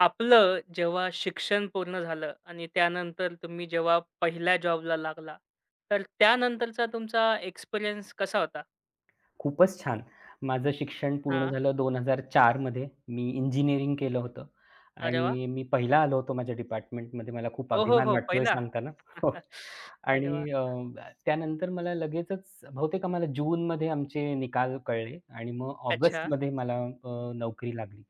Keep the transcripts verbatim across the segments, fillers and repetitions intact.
आपलं जेव्हा शिक्षण पूर्ण झालं आणि त्यानंतर तुम्ही जेव्हा पहिल्या जॉबला लागला, तर त्यानंतरचा तुमचा एक्सपिरियन्स कसा होता? खूपच छान. माझं शिक्षण पूर्ण हां. झालं दोन हजार चार मध्ये. मी इंजिनिअरिंग केलं होतं अरे वाह! आणि मी पहिला आलो होतो माझ्या डिपार्टमेंटमध्ये. मला खूप हो, हो, अभिमान हो. वाटतो हे पहिला? सांगताना. हो. अरे वाह! आणि अ, त्यानंतर मला लगेचच बहुतेक आम्हाला जूनमध्ये आमचे निकाल कळले आणि मग अच्छा. ऑगस्टमध्ये मला अ, नोकरी लागली.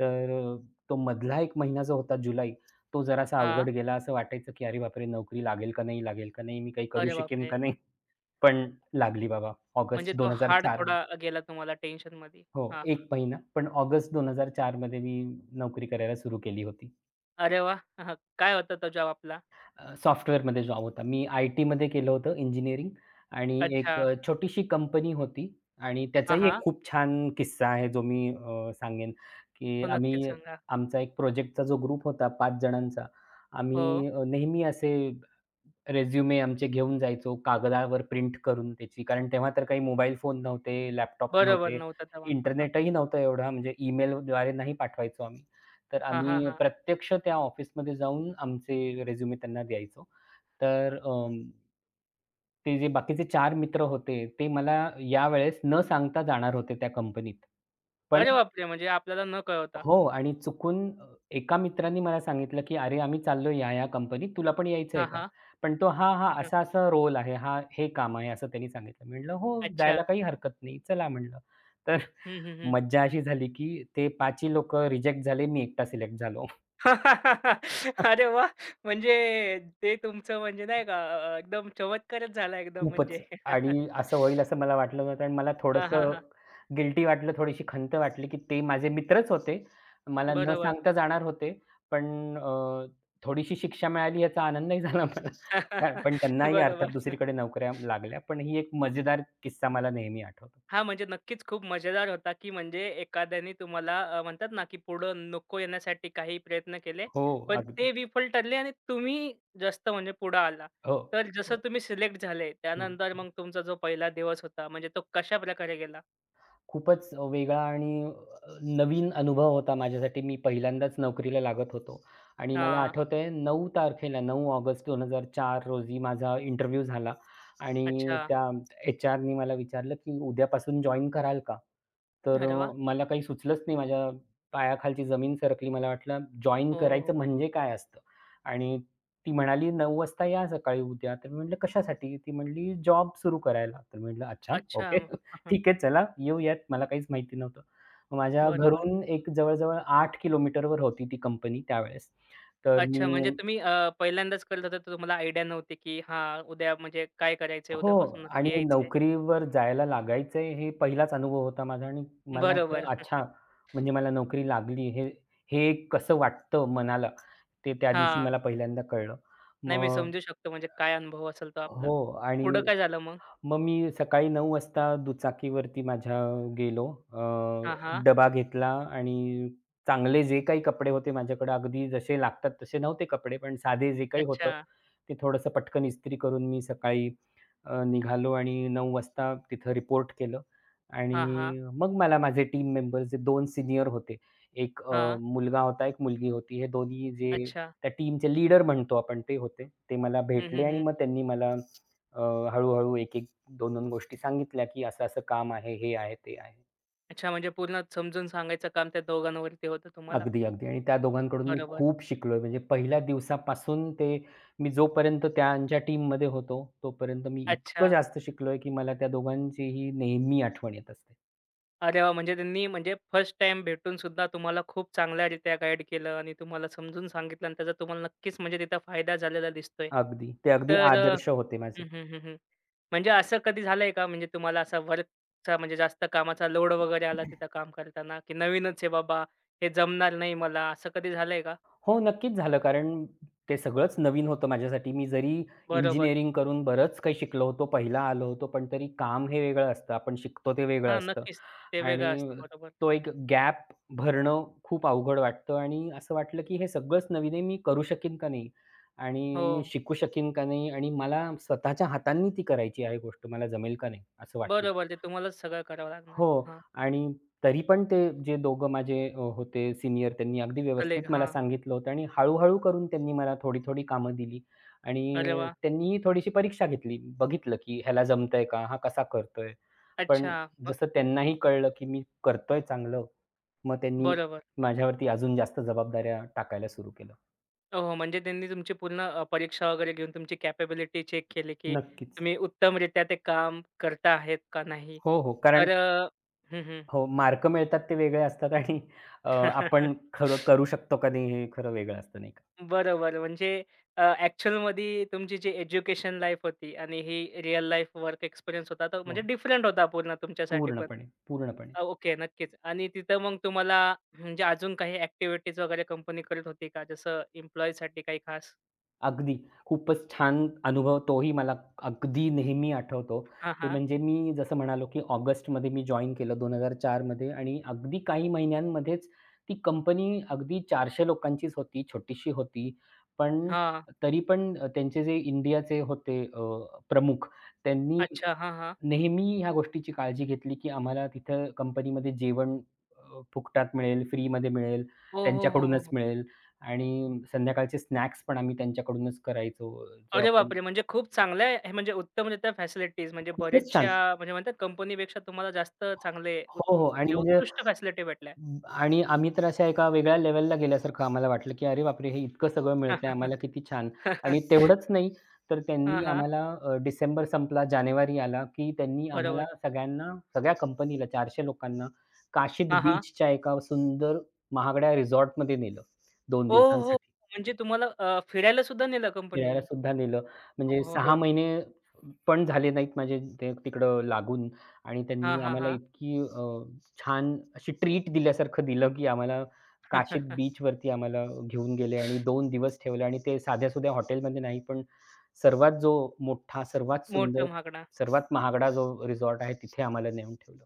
तर अ, तो मधला एक महिना जो होता जुलै, तो जरासा हां. अवघड गेला. असं वाटायचं की "अरे बापरे! नोकरी लागेल का नाही, लागेल का नाही? मी काही करू अरे शकेन बापरे! का नाही?" पण लागली बाबा म्हणजे ऑगस्ट तो हार्ड दोन हजार चार. थोडा गेला तुम्हाला टेन्शनमध्ये. हो, हां. एक महिना. पण ऑगस्ट दोन हजार चार मध्ये मी नोकरी करायला सुरू केली होती. अरे वाह! हां. काय होता तो जॉब आपला? अ, सॉफ्टवेअरमध्ये जॉब होता. मी आय-टीमध्ये केलं होतं इंजिनिअरिंग आणि एक अच्छा. अ, छोटीशी कंपनी होती आणि हां, त्याचाही एक हां. खूप छान किस्सा आहे जो मी अ, सांगेन, की हो, नक्कीच आम्ही सांगा. आमचा एक प्रोजेक्टचा जो ग्रुप होता पाच जणांचा, हो. आम्ही अ, नेहमी असे रिझ्युमे आमचे घेऊन जायचो कागदावर प्रिंट करून त्याची. कारण तेव्हा तर काही मोबाईल फोन नव्हते, लॅपटॉप बरोबर नव्हते, नव्हता तेव्हा. इंटरनेटही नव्हतं एवढा म्हणजे ईमेलद्वारे नाही पाठवायचो आम्ही. तर हां, हां. हां, आम्ही हां, हां. प्रत्यक्ष त्या ऑफिसमध्ये जाऊन आमचे रिझ्यूमे त्यांना द्यायचो. तर अं, ते जे बाकीचे चार मित्र होते, ते मला यावेळेस न सांगता जाणार होते त्या कंपनीत. पण अरे बापरे! म्हणजे आपल्याला न कळवता. हो आणि चुकून अ, एका मित्राने मला सांगितलं, की "अरे, आम्ही चाललोय या-या कंपनीत, तुला पण यायचंय हां, का?" हां. पण तो "हां, हां, असा-असा रोल आहे, हा हे काम आहे," असं त्यांनी सांगितलं. मी म्हटलं, "हो, अच्छा. जायला काही हरकत नाही, चला," म्हटलं. तर हं, हं, हं. मज्जा अशी झाली, की ते पाच ही रिजेक्ट झाले, मी एकटा सिलेक्ट झालो. अरे वाह! म्हणजे ते तुमचं म्हणजे नाही का अ, एकदम चमत्कारच झाला एकदम म्हणजे. खूपच आणि असं होईल असं मला वाटलं नव्हतं आणि मला हां, हां, थोडंसं हां. गिल्टी वाटलं, थोडीशी खंत वाटली, की ते माझे मित्रच होते. मला न बरोबर. सांगता जाणार होते. पण अ, थोडीशी शिक्षा मिळाली याचा आनंदही झाला मला. हां, पण त्यांनाही अर्थात बरोबर. दुसरीकडे नोकऱ्या लागल्या. पण ही एक मजेदार किस्सा मला नेहमी आठवतो. हां, म्हणजे नक्कीच खूप मजेदार होता, की म्हणजे एखाद्याने तुम्हाला अ, म्हणतात ना, की पुढं नको येण्यासाठी काही प्रयत्न केले, हो, पण ते अगदी. विफल ठरले आणि तुम्ही जास्त म्हणजे पुढं आला. हो, तर जसं हो, तुम्ही सिलेक्ट झाले, हो. त्यानंतर मग तुमचा जो पहिला दिवस होता, म्हणजे तो कशाप्रकारे गेला? खूपच वेगळा आणि नवीन अनुभव होता माझ्यासाठी. मी पहिल्यांदाच नोकरीला लागत होतो आणि मला हां. आठवतंय नऊ तारखेला नऊ ऑगस्ट दोन हजार चार रोजी माझा इंटरव्ह्यू झाला आणि अच्छा. त्या एचआरनी मला विचारलं, की "उद्यापासून जॉइन कराल का?" तर अरे वाह! अ, मला काही सुचलंच नाही. माझ्या पायाखालची जमीन सरकली. मला वाटलं जॉइन हो. करायचं म्हणजे काय असतं? आणि ती म्हणाली, "नऊ वाजता या सकाळी उद्या." तर मी म्हटलं, "कशासाठी?" ती म्हणाली, "जॉब सुरू करायला." तर म्हटलं, "अच्छा, अच्छा. ओके." म- ठीक आहे चला, येऊयात. मला काहीच माहिती नव्हतं. मग माझ्या हं. बरोबर. घरून एक जवळ-जवळ आठ किलोमीटरवर होती ती कंपनी त्यावेळेस. तर अच्छा, मी म्हणजे तुम्ही अ, पहिल्यांदाच करत होता, तर तुम्हाला आयडिया नव्हती, की हां, उद्या म्हणजे काय करायचंय, हो उद्यापासून आणि नक्की यायचंय. नोकरीवर जायला लागायचंय हे पहिलाच अनुभव होता माझा आणि मला बरोबर. वाटलं अच्छा, म्हणजे मला नोकरी लागली हे हे कसं वाटतं मनाला, ते त्या दिवशी हां. मला पहिल्यांदा कळलं. नाही, मी मग समजू शकतो, म्हणजे काय अनुभव असेल तो आपला. हो तर पुढं आणि काय झालं मग? मग मी सकाळी नऊ वाजता दुचाकीवरती माझ्या गेलो. अ, हां, हां. डबा घेतला आणि चांगले जे काही कपडे होते माझ्याकडे अगदी जसे लागतात तसे नव्हते कपडे, पण साधे जे काही होतं, अच्छा. ते थोडंसं पटकन इस्त्री करून मी सकाळी अ, निघालो आणि नऊ वाजता तिथं रिपोर्ट केलं हां, हां. आणि मग मला माझे टीम मेंबर्स जे दोन सीनियर होते, एक अ, हां. मुलगा होता, एक मुलगी होती. हे दोन्ही जे अच्छा. त्या टीमचे लीडर म्हणतो आपण ते होते. ते मला हं, भेटले हं, आणि हं. मग त्यांनी मला अ, हळू एक-एक दोन-दोन गोष्टी सांगितल्या, की असं असं काम आहे, हे आहे, ते आहे. अच्छा, म्हणजे पूर्ण समजून सांगायचं काम त्या दोघांवरती होतं तुम्हाला. अगदी, अगदी आणि त्या दोघांकडून मी बरोबर. खूप शिकलोय. म्हणजे पहिल्या दिवसापासून ते मी जोपर्यंत त्यांच्या टीममध्ये होतो, तोपर्यंत मी इतकं अच्छा. जास्त शिकलोय, की मला त्या दोघांचीही नेहमी आठवण येत असते. अरे वाह! म्हणजे त्यांनी म्हणजे फर्स्ट टाईम भेटून सुद्धा तुम्हाला खूप चांगल्यारित्या गाईड केलं आणि तुम्हाला समजून सांगितलं आणि त्याचा तुम्हाला नक्कीच म्हणजे तिथं फायदा झालेला दिसतोय. अगदी. ते अगदी तर अ, आदर्श होते माझे. हं, हं, हं, हं. म्हणजे असं कधी झालंय का म्हणजे तुम्हाला असा वर्कचा म्हणजे जास्त कामाचा लोड वगैरे आला तिथं काम करताना, की नवीनच आहे बाबा, हे जमणार नाही मला, असं कधी झालंय का? हो, नक्कीच झालं. कारण ते सगळंच नवीन होतं माझ्यासाठी. मी जरी बरोबर. इंजिनिअरिंग करून बरंच काही शिकलो होतो, पहिला आलो होतो, पण तरी काम हे वेगळं असतं. आपण शिकतो ते वेगळं हां, असतं नक्कीच. ते वेगळं असतं. आणि बरोबर. तो एक गॅप भरणं खूप अवघड वाटतं आणि असं वाटलं, की हे सगळंच नवीन आहे. मी करू शकीन का नाही? आणि हो. मी शिकू शकीन का नाही? आणि मला स्वतःच्या हातांनी ती करायची आहे गोष्ट. मला जमेल का नाही? असं वाटलं. बरोबर. ते तुम्हालाच सगळं करावं लागणार आहे. हो. हां. आणि तरी पण ते जे दोघं माझे अ, होते सीनियर त्यांनी अगदी कलीग. व्यवस्थित मला सांगितलं होतं आणि हळू-हळू करून त्यांनी मला थोडी-थोडी कामं दिली अरे आणि वाह! त्यांनीही थोडीशी परीक्षा घेतली. बघितलं की ह्याला जमतंय का? हा कसा करतोय? अच्छा. पण मग जसं त्यांनाही कळलं की मी करतोय चांगलं, मग त्यांनी बरोबर. माझ्यावरती अजून जास्त जबाबदाऱ्या टाकायला सुरू केलं. हो, हो. म्हणजे त्यांनी तुमची पूर्ण अ, परीक्षा वगैरे घेऊन तुमची कॅपेबिलिटी चेक केली, की नक्कीच. तुम्ही उत्तमरित्या ते काम करता आहेत का नाही? हो, हो. कारण तर अ, हं, हं. हो, मार्क मिळतात ते वेगळे असतात आणि अ, आपण खरं करू शकतो का नाही हे खरं वेगळं असतं नाही का? बरोबर. म्हणजे अ, ॲक्चुअलमध्ये तुमची जी एज्युकेशन लाईफ होती आणि ही रिअल लाईफ वर्क एक्सपिरियन्स होता, तो म्हणजे हो. डिफरंट होता पूर्ण तुमच्यासाठी पण. पूर्णपणे, पूर्णपणे. अ, ओके, नक्कीच. आणि तिथं मग तुम्हाला म्हणजे अजून काही ॲक्टिव्हिटीज वगैरे कंपनी करत होती का? जसं एम्प्लॉयीसाठी काही खास? अगदी. खूपच छान अनुभव तोही मला अगदी नेहमी आठवतो. हां, ते हां. म्हणजे मी जसं म्हणालो, की ऑगस्टमध्ये मी जॉइन केलं दोन हजार चार मध्ये आणि अगदी काही महिन्यांमध्येच ती कंपनी अगदी चारशे लोकांचीच होती, छोटीशी होती. पण हां. तरी पण त्यांचे जे इंडियाचे होते अ, प्रमुख त्यांनी अच्छा. हां, हां. नेहमी ह्या गोष्टीची काळजी घेतली, की आम्हाला तिथं कंपनीमध्ये जेवण अ, फुकटात मिळेल, फ्रीमध्ये मिळेल, हो, हो, हो, त्यांच्याकडूनच हो. मिळेल आणि संध्याकाळचे स्नॅक्स पण आम्ही त्यांच्याकडूनच करायचो. जो अरे आपण बापरे! म्हणजे खूप चांगलं आहे. हे म्हणजे उत्तमरित्या फॅसिलिटीज म्हणजे खूपच छान. बऱ्याचशा म्हणजे म्हणतात कंपनीपेक्षा तुम्हाला जास्त चांगले उत हो, हो आणि म्हणजे म्हणजे उत्कृष्ट फॅसिलिटी भेटल्या. अं, आणि आम्ही तर अशा एका वेगळ्या लेव्हलला गेल्यासारखं आम्हाला वाटलं, की "अरे बापरे! हे इतकं सगळं मिळतंय आम्हाला किती छान." आणि तेवढंच नाही तर हां, त्यांनी हां. आम्हाला अ, डिसेंबर संपला, जानेवारी आला, की त्यांनी आम्हाला बरोबर. सगळ्यांना, सगळ्या कंपनीला चारशे लोकांना काशीद हां, हां. बीचच्या एका सुंदर महागड्या रिसॉर्टमध्ये नेलं दोन ओहो! दिवसांसाठी. म्हणजे तुम्हाला अ, फिरायला सुद्धा नेलं फिरायला कंपनीनी. सुद्धा नेलं. हो, म्हणजे हो, सहा हो. महिने पण झाले नाहीत माझे ते तिकडं लागून आणि हां, त्यांनी हां, आम्हाला हां. इतकी अ, छान अशी ट्रीट दिल्यासारखं दिलं, की आम्हाला काशीद बीचवरती आम्हाला घेऊन गेले आणि दोन दिवस ठेवले आणि ते साध्या-सुध्या हॉटेलमध्ये नाही, पण सर्वात जो मोठा, सर्वात सुंदर, मोठं महागडा. सर्वात महागडा जो रिसॉर्ट आहे, तिथे आम्हाला नेऊन ठेवलं.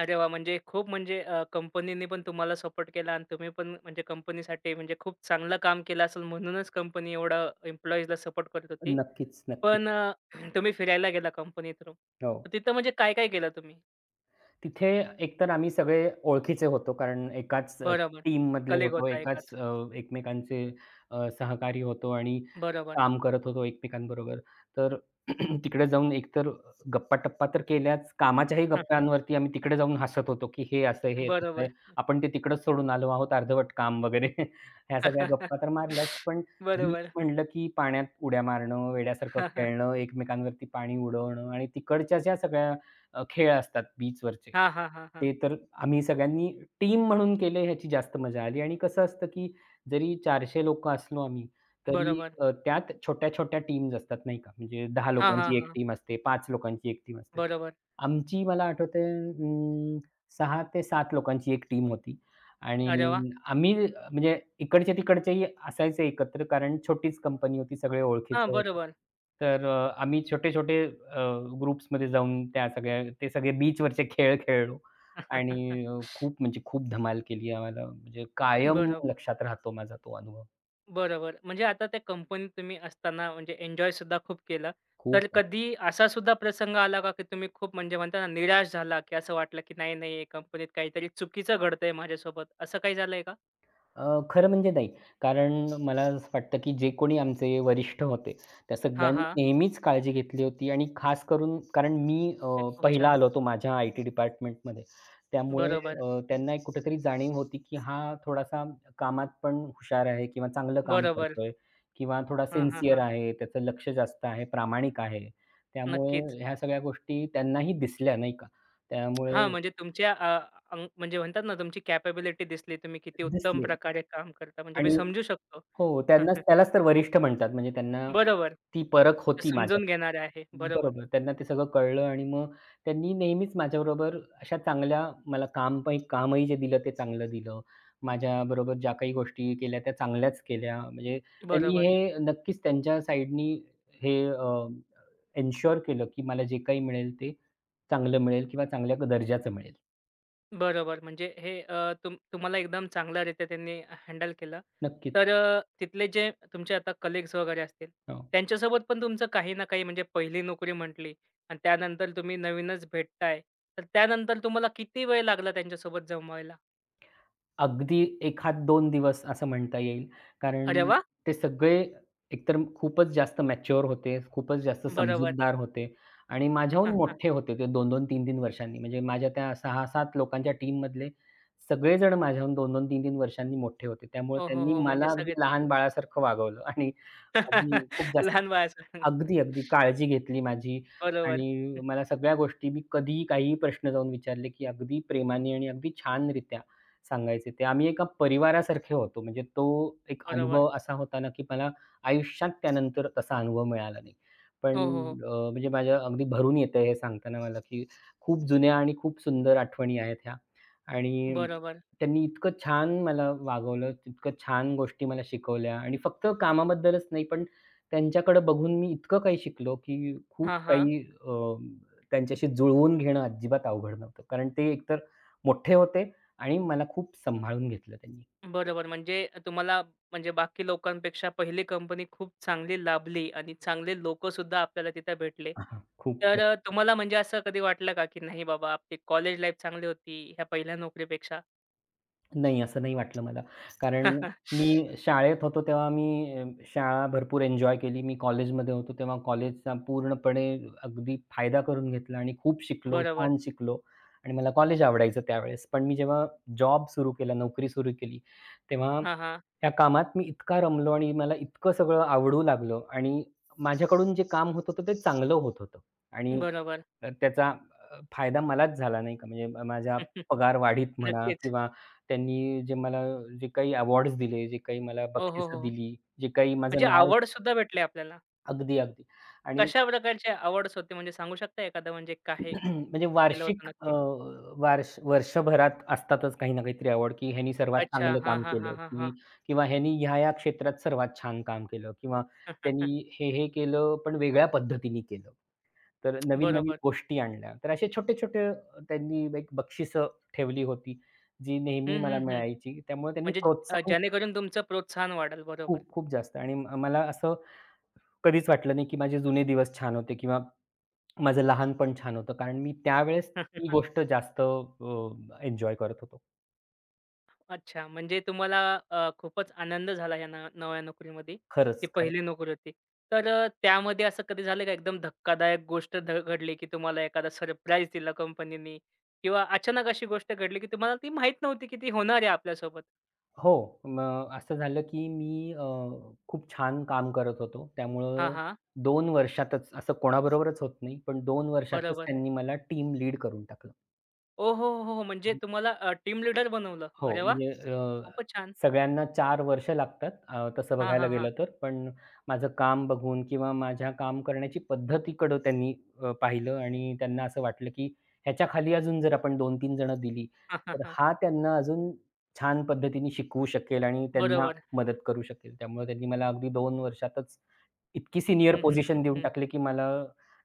अरे वाह! म्हणजे खूप म्हणजे अ, कंपनीने पण तुम्हाला सपोर्ट केला आणि तुम्ही पण म्हणजे कंपनीसाठी म्हणजे खूप चांगलं काम केलं असेल म्हणूनच कंपनी एवढं एम्प्लॉईजला सपोर्ट करत होती. नक्कीच, नक्कीच. पण अ, तुम्ही फिरायला गेला कंपनी थ्रू. हो. तर तिथं म्हणजे काय-काय केलं तुम्ही? तिथे एकतर आम्ही सगळे ओळखीचे होतो कारण एकाच टीम बरोबर. टीममधले कलीग होतो, होता एकाच एकाच. अ, एकमेकांचे अ, सहकारी होतो आणि बरोबर. काम करत होतो एकमेकांबरोबर. तर तिकडे जाऊन एकतर गप्पा-टप्पा तर केल्याच, कामाच्याही हं, हं. गप्पांवरती आम्ही तिकडे जाऊन हसत होतो, की हे असं, हे तसं, बरोबर. आपण ते तिकडंच सोडून आलो आहोत अर्धवट काम वगैरे ह्या सगळ्या गप्पा तर मारल्याच. पण बीच बरोबर. म्हटलं, की पाण्यात उड्या मारणं, वेड्यासारखं खेळणं, एकमेकांवरती पाणी उडवणं आणि तिकडच्या ज्या सगळ्या अ, खेळ असतात बीचवरचे. हां, हां. हां, हां, हां, हां. ते तर आम्ही सगळ्यांनी टीम म्हणून केले ह्याची जास्त मजा आली आणि कसं असतं, की जरी चारशे लोकं असलो आम्ही, तरी बरोबर. अ, त्यात छोट्या-छोट्या टीम्स असतात नाही का. म्हणजे दहा हां, हां, लोकांची एक हां. टीम असते, पाच लोकांची एक टीम असते. बरोबर. आमची मला आठवतंय अं, सहा ते सात लोकांची एक टीम होती आणि अरे वाह! आम्ही म्हणजे इकडचे-तिकडचेही असायचे एकत्र कारण छोटीच कंपनी होती, सगळे हां, ओळखीचे होते. बरोबर. तर अ, आम्ही छोटे-छोटे अ, ग्रुप्समध्ये जाऊन त्या सगळ्या ते सगळे बीचवरचे खेळ खेळलो आणि अ, खूप म्हणजे खूप धमाल केली आम्हाला म्हणजे कायम बरोबर, लक्षात राहतो माझा तो अनुभव. बरोबर. म्हणजे आता त्या कंपनीत तुम्ही असताना म्हणजे एन्जॉय सुद्धा खूप केलं. तर खूप कधी असा सुद्धा प्रसंग आला का, की तुम्ही खूप म्हणजे म्हणता ना निराश झाला, की असं वाटलं, की नाही, नाही, कंपनीत काहीतरी चुकीचं घडतंय माझ्यासोबत, असं काही झालंय अ, खरं म्हणजे नाही. कारण मला असं वाटतं, की जे कोणी आमचे वरिष्ठ होते, त्या हां, सगळ्यांनी हां. नेहमीच काळजी घेतली होती आणि खास करून कारण मी अ, हे खूप पहिला छान. आलो होतो माझ्या आय-टी डिपार्टमेंटमध्ये. त्यामुळे बरोबर, अ, त्यांना एक कुठेतरी जाणीव होती, की हा थोडासा कामात पण हुशार आहे किंवा चांगलं काम बरोबर. करतोय किंवा थोडा हां, हां, सिन्सिअर हां. आहे, त्याचं लक्ष जास्त आहे, प्रामाणिक आहे. त्यामुळे नक्कीच. ह्या सगळ्या गोष्टी त्यांनाही दिसल्या नाही का. त्यामुळे हां, म्हणजे तुमच्या अ, अंग म्हणजे म्हणतात ना, तुमची कॅपेबिलिटी दिसली. तुम्ही किती उत्तम दिसले प्रकारे काम करता. म्हणजे मी आणि समजू शकतो. हो, त्यांनाच त्यालाच तर वरिष्ठ म्हणतात. म्हणजे त्यांना बरोबर. ती परख ते होती माझ्यात. समजून घेणारे आहे. बरोबर, बरोबर. त्यांना ते सगळं कळलं आणि मग त्यांनी नेहमीच माझ्याबरोबर अशा चांगल्या मला काम पै कामही जे दिलं ते चांगलं दिलं. माझ्याबरोबर ज्या काही गोष्टी केल्या त्या चांगल्याच केल्या. म्हणजे त्यांनी बरोबर. हे नक्कीच त्यांच्या साइडनी हे अ, एन्शुअर केलं, की मला जे काही मिळेल ते चांगलं मिळेल किंवा चांगल्या दर्जाचं मिळेल. बरोबर. म्हणजे हे अ, तुम तुम्हाला एकदम चांगल्यारीत्या त्यांनी हँडल केलं. नक्कीच. तर अ, तिथले जे तुमचे आता कलीग्स वगैरे असतील, हो. त्यांच्यासोबत पण तुमचं काही ना काही म्हणजे पहिली नोकरी म्हटली आणि त्यानंतर तुम्ही नवीनच भेटताय. तर त्यानंतर तुम्हाला किती वेळ लागला त्यांच्यासोबत जमवायला? अगदी एखाद दोन दिवस असं म्हणता येईल. अरे कारण वाह! ते सगळे एकतर खूपच जास्त मॅच्युअर होते, खूपच जास्त बरोबर. समजूतदार होते आणि माझ्याहून हां, हां. मोठे होते ते दोन दोन, तीन तीन वर्षांनी. म्हणजे माझ्या त्या सहा सात लोकांच्या टीममधले सगळेजण माझ्याहून दोन दोन, तीन तीन वर्षांनी मोठे होते. त्यामुळे हो, हो, त्यांनी हो. म्हणजे मला अगदी सगळेच. लहान बाळासारखं वागवलं आणि माझी खूप जास्त लहान वयाचं. अगदी, अगदी काळजी घेतली माझी बरोबर. आणि मला सगळ्या गोष्टी मी कधीही काहीही प्रश्न जाऊन विचारले, की अगदी प्रेमाने आणि अगदी छानरित्या सांगायचे ते. आम्ही एका परिवारासारखे होतो. म्हणजे तो एक बरोबर. अनुभव असा होता ना, की मला आयुष्यात त्यानंतर तसा अनुभव मिळाला नाही. पण हो, हो, हो. अ, म्हणजे माझ्या अगदी भरून येतंय हे सांगताना मला, की खूप जुन्या आणि खूप सुंदर आठवणी आहेत ह्या. आणि बरोबर. त्यांनी इतकं छान मला वागवलं, इतकं छान गोष्टी मला शिकवल्या आणि फक्त कामाबद्दलच नाही, पण त्यांच्याकडे बघून मी इतकं काही शिकलो, की खूप हां, हां. काही अ, त्यांच्याशी जुळवून घेणं अजिबात अवघड नव्हतं. कारण ते एकतर मोठे होते आणि मला खूप सांभाळून घेतलं त्यांनी. बरोबर. म्हणजे तुम्हाला म्हणजे बाकी लोकांपेक्षा पहिली कंपनी खूप चांगली लाभली आणि चांगले लोकंसुद्धा आपल्याला तिथे भेटले. हां, खूप. तर अ, तुम्हाला म्हणजे असं कधी वाटलं का, की नाही बाबा आपली कॉलेज लाईफ चांगली होती ह्या पहिल्या नोकरीपेक्षा? नाही, असं नाही वाटलं मला. कारण मी शाळेत होतो तेव्हा मी अ, शाळा भरपूर एन्जॉय केली. मी कॉलेजमध्ये होतो तेव्हा कॉलेजचा पूर्णपणे अगदी फायदा करून घेतला आणि खूप शिकलो, बरोबर. छान शिकलो आणि मला कॉलेज आवडायचं त्यावेळेस. पण मी जेव्हा जॉब सुरू केला, नोकरी सुरू केली, तेव्हा हां, हां. त्या कामात मी इतका रमलो आणि मला इतकं सगळं आवडू लागलं आणि माझ्याकडून जे काम होत होतं ते चांगलं होत होतं आणि बरोबर. अ, त्याचा अ, फायदा मलाच झाला नाही का म्हणजे माझ्या पगार वाढीत म्हणा नक्कीच. किंवा त्यांनी जे मला जे काही अवॉर्ड्स दिले, जे काही मला हो, हो, बक्षिसं हो. दिली, जे काही म्हणजे माझं नाव आवडसुद्धा भेटली आपल्याला. अगदी, अगदी. आणि कशा प्रकारची आवडच होती म्हणजे सांगू शकता एखादं म्हणजे काय म्हणजे केलं होतं वार्षिक अ, नक्की? वार्ष वर्षभरात असतातच काही ना काहीतरी अवॉर्ड, की ह्यानी सर्वात अच्छा. चांगलं हां, काम हां, हां, केलं हां, हां. की किंवा ह्यानी ह्या-ह्या क्षेत्रात सर्वात छान काम केलं किंवा त्यांनी हे-हे केलं, पण वेगळ्या पद्धतीने केलं. तर नवीन-नवीन बरोबर. गोष्टी आणल्या. तर असे छोटे-छोटे त्यांनी एक बक्षिसं ठेवली होती, जी हं, नेहमी मला हं, हं. मिळायची. त्यामुळे त्यांनी म्हणजे अ, प्रोत्साहन जेणेकरून तुमचं प्रोत्साहन वाढेल. बरोबर. खूप, खूप जास्त आणि म मला असं कधीच वाटलं नाही, की माझे जुने दिवस छान होते किंवा माझं लहानपण छान होतं. कारण मी त्यावेळेस ती गोष्ट जास्त एन्जॉय करत होतो. अच्छा, म्हणजे तुम्हाला अ, खूपच आनंद झाला या न नव्या नोकरीमध्ये. ती खरंच, खरं. पहिली नोकरी होती. तर अ, त्यामध्ये असं कधी झालं का एकदम धक्कादायक गोष्ट ध घडली, की तुम्हाला एखादा सरप्राईज दिला कंपनीनी किंवा अचानक अशी गोष्ट घडली, की तुम्हाला ती माहीत नव्हती, की ती होणार आहे आपल्यासोबत? हो, मग असं झालं, की मी अ, खूप छान काम करत होतो. हां, त्यामुळं हां. दोन वर्षातच असं कोणाबरोबरच होत नाही, पण दोन वर्षातच बरोबर. त्यांनी मला टीम लीड करून टाकलं. ओ हो, हो, हो! हो, म्हणजे तुम्हाला टीम लीडर बनवलं. अरे हो, वाह! म्हणजे अ, खूपच छान. सगळ्यांना चार वर्ष लागतात अ, तसं हां, बघायला हां, हां. गेलं तर. पण माझं काम बघून किंवा माझ्या काम करण्याची पद्धतीकडं त्यांनी अ, पाहिलं आणि त्यांना असं वाटलं, की ह्याच्या खाली अजून जर आपण दोन तीन जण दिली, हां, हां, तर हां. हा त्यांना अजून छान पद्धतीने शिकवू शकेल आणि त्यांना बरोबर. मदत करू शकेल. त्यामुळे त्यांनी मला अगदी दोन वर्षातच इतकी सीनियर हं, हं, हं, पोझिशन देऊन हं. टाकली, की मला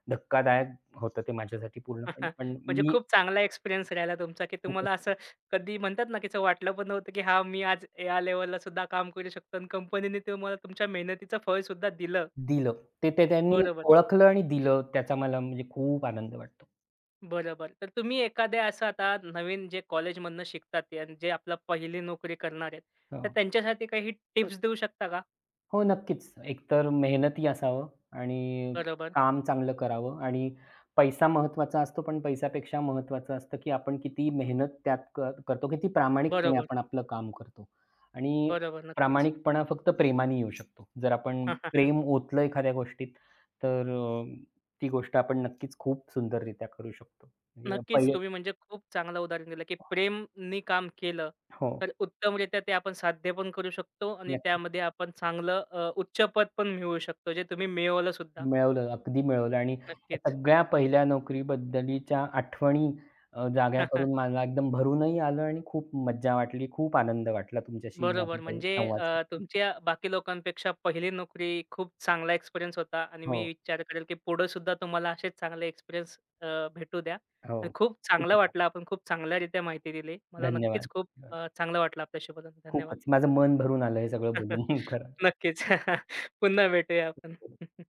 धक्कादायक होतं ते माझ्यासाठी पूर्णपणे. पण म्हणजे मी खूप चांगला एक्सपिरियन्स राहिला तुमचा, की तुम्हाला खूपच असं कधी म्हणतात ना, की असं वाटलं पण नव्हतं, की हां, मी आज या लेव्हलला सुद्धा काम करू शकतो आणि कंपनीने तुम्हाला तुमच्या मेहनतीचं फळ सुद्धा दिलं. दिलं. ते ते त्यांनी बरोबर, ओळखलं आणि दिलं त्याचा मला म्हणजे खूप आनंद वाटतो. बरोबर. तर तुम्ही एखाद्या असं आता नवीन जे कॉलेजमधनं शिकतात ते आणि जे आपलं पहिली नोकरी करणार आहेत, तर हां. त्यांच्यासाठी काही टिप्स देऊ शकता का? हो, नक्कीच. एकतर मेहनती असावं आणि बरोबर, काम चांगलं करावं आणि पैसा महत्त्वाचा असतो, पण पैशापेक्षा महत्त्वाचं असतं, की आपण किती मेहनत त्यात कर करतो, किती प्रामाणिकपणे बरोबर, आपण आपलं काम करतो आणि बरोबर. नक्कीच. प्रामाणिकपणा फक्त प्रेमाने येऊ शकतो. जर आपण प्रेम ओतलं एखाद्या गोष्टीत, तर अ, ती गोष्ट आपण नक्कीच खूप सुंदररित्या करू शकतो. म्हणजे नक्कीच. पहिले तुम्ही म्हणजे खूप चांगलं उदाहरण दिलं, की प्रेमनी काम केलं, हो, तर उत्तमरित्या ते आपण साध्य पण करू शकतो आणि नक्की. त्यामध्ये आपण चांगलं अ, उच्च पद पण मिळवू शकतो, जे तुम्ही मिळवलं सुद्धा. मिळवलं, अगदी मिळवलं आणि त्या नक्कीच. सगळ्या पहिल्या नोकरीबद्दलीच्या आठवणी अ, जाग्या करून मला एकदम भरूनही आलं आणि खूप मज्जा वाटली. खूप आनंद वाटला तुमच्याशी बरोबर. याबद्दल म्हणजे संवाद अ, साधून. तुमच्या बाकी लोकांपेक्षा पहिली नोकरी खूप चांगला एक्सपिरियन्स होता आणि मी हो, विचार करेल, की पुढे सुद्धा तुम्हाला असेच चांगले एक्सपिरियन्स भेटू द्या. हो. आणि खूप खूप चांगलं छान. वाटलं. आपण खूप चांगल्यारीत्या माहिती दिली. मला नक्कीच धन्यवाद. खूप अ, चांगलं वाटलं आपल्याशी बोलून. धन्यवाद. खूपच माझं मन भरून आलं हे सगळं बोलून खरं. नक्कीच. पुन्हा भेटूया आपण.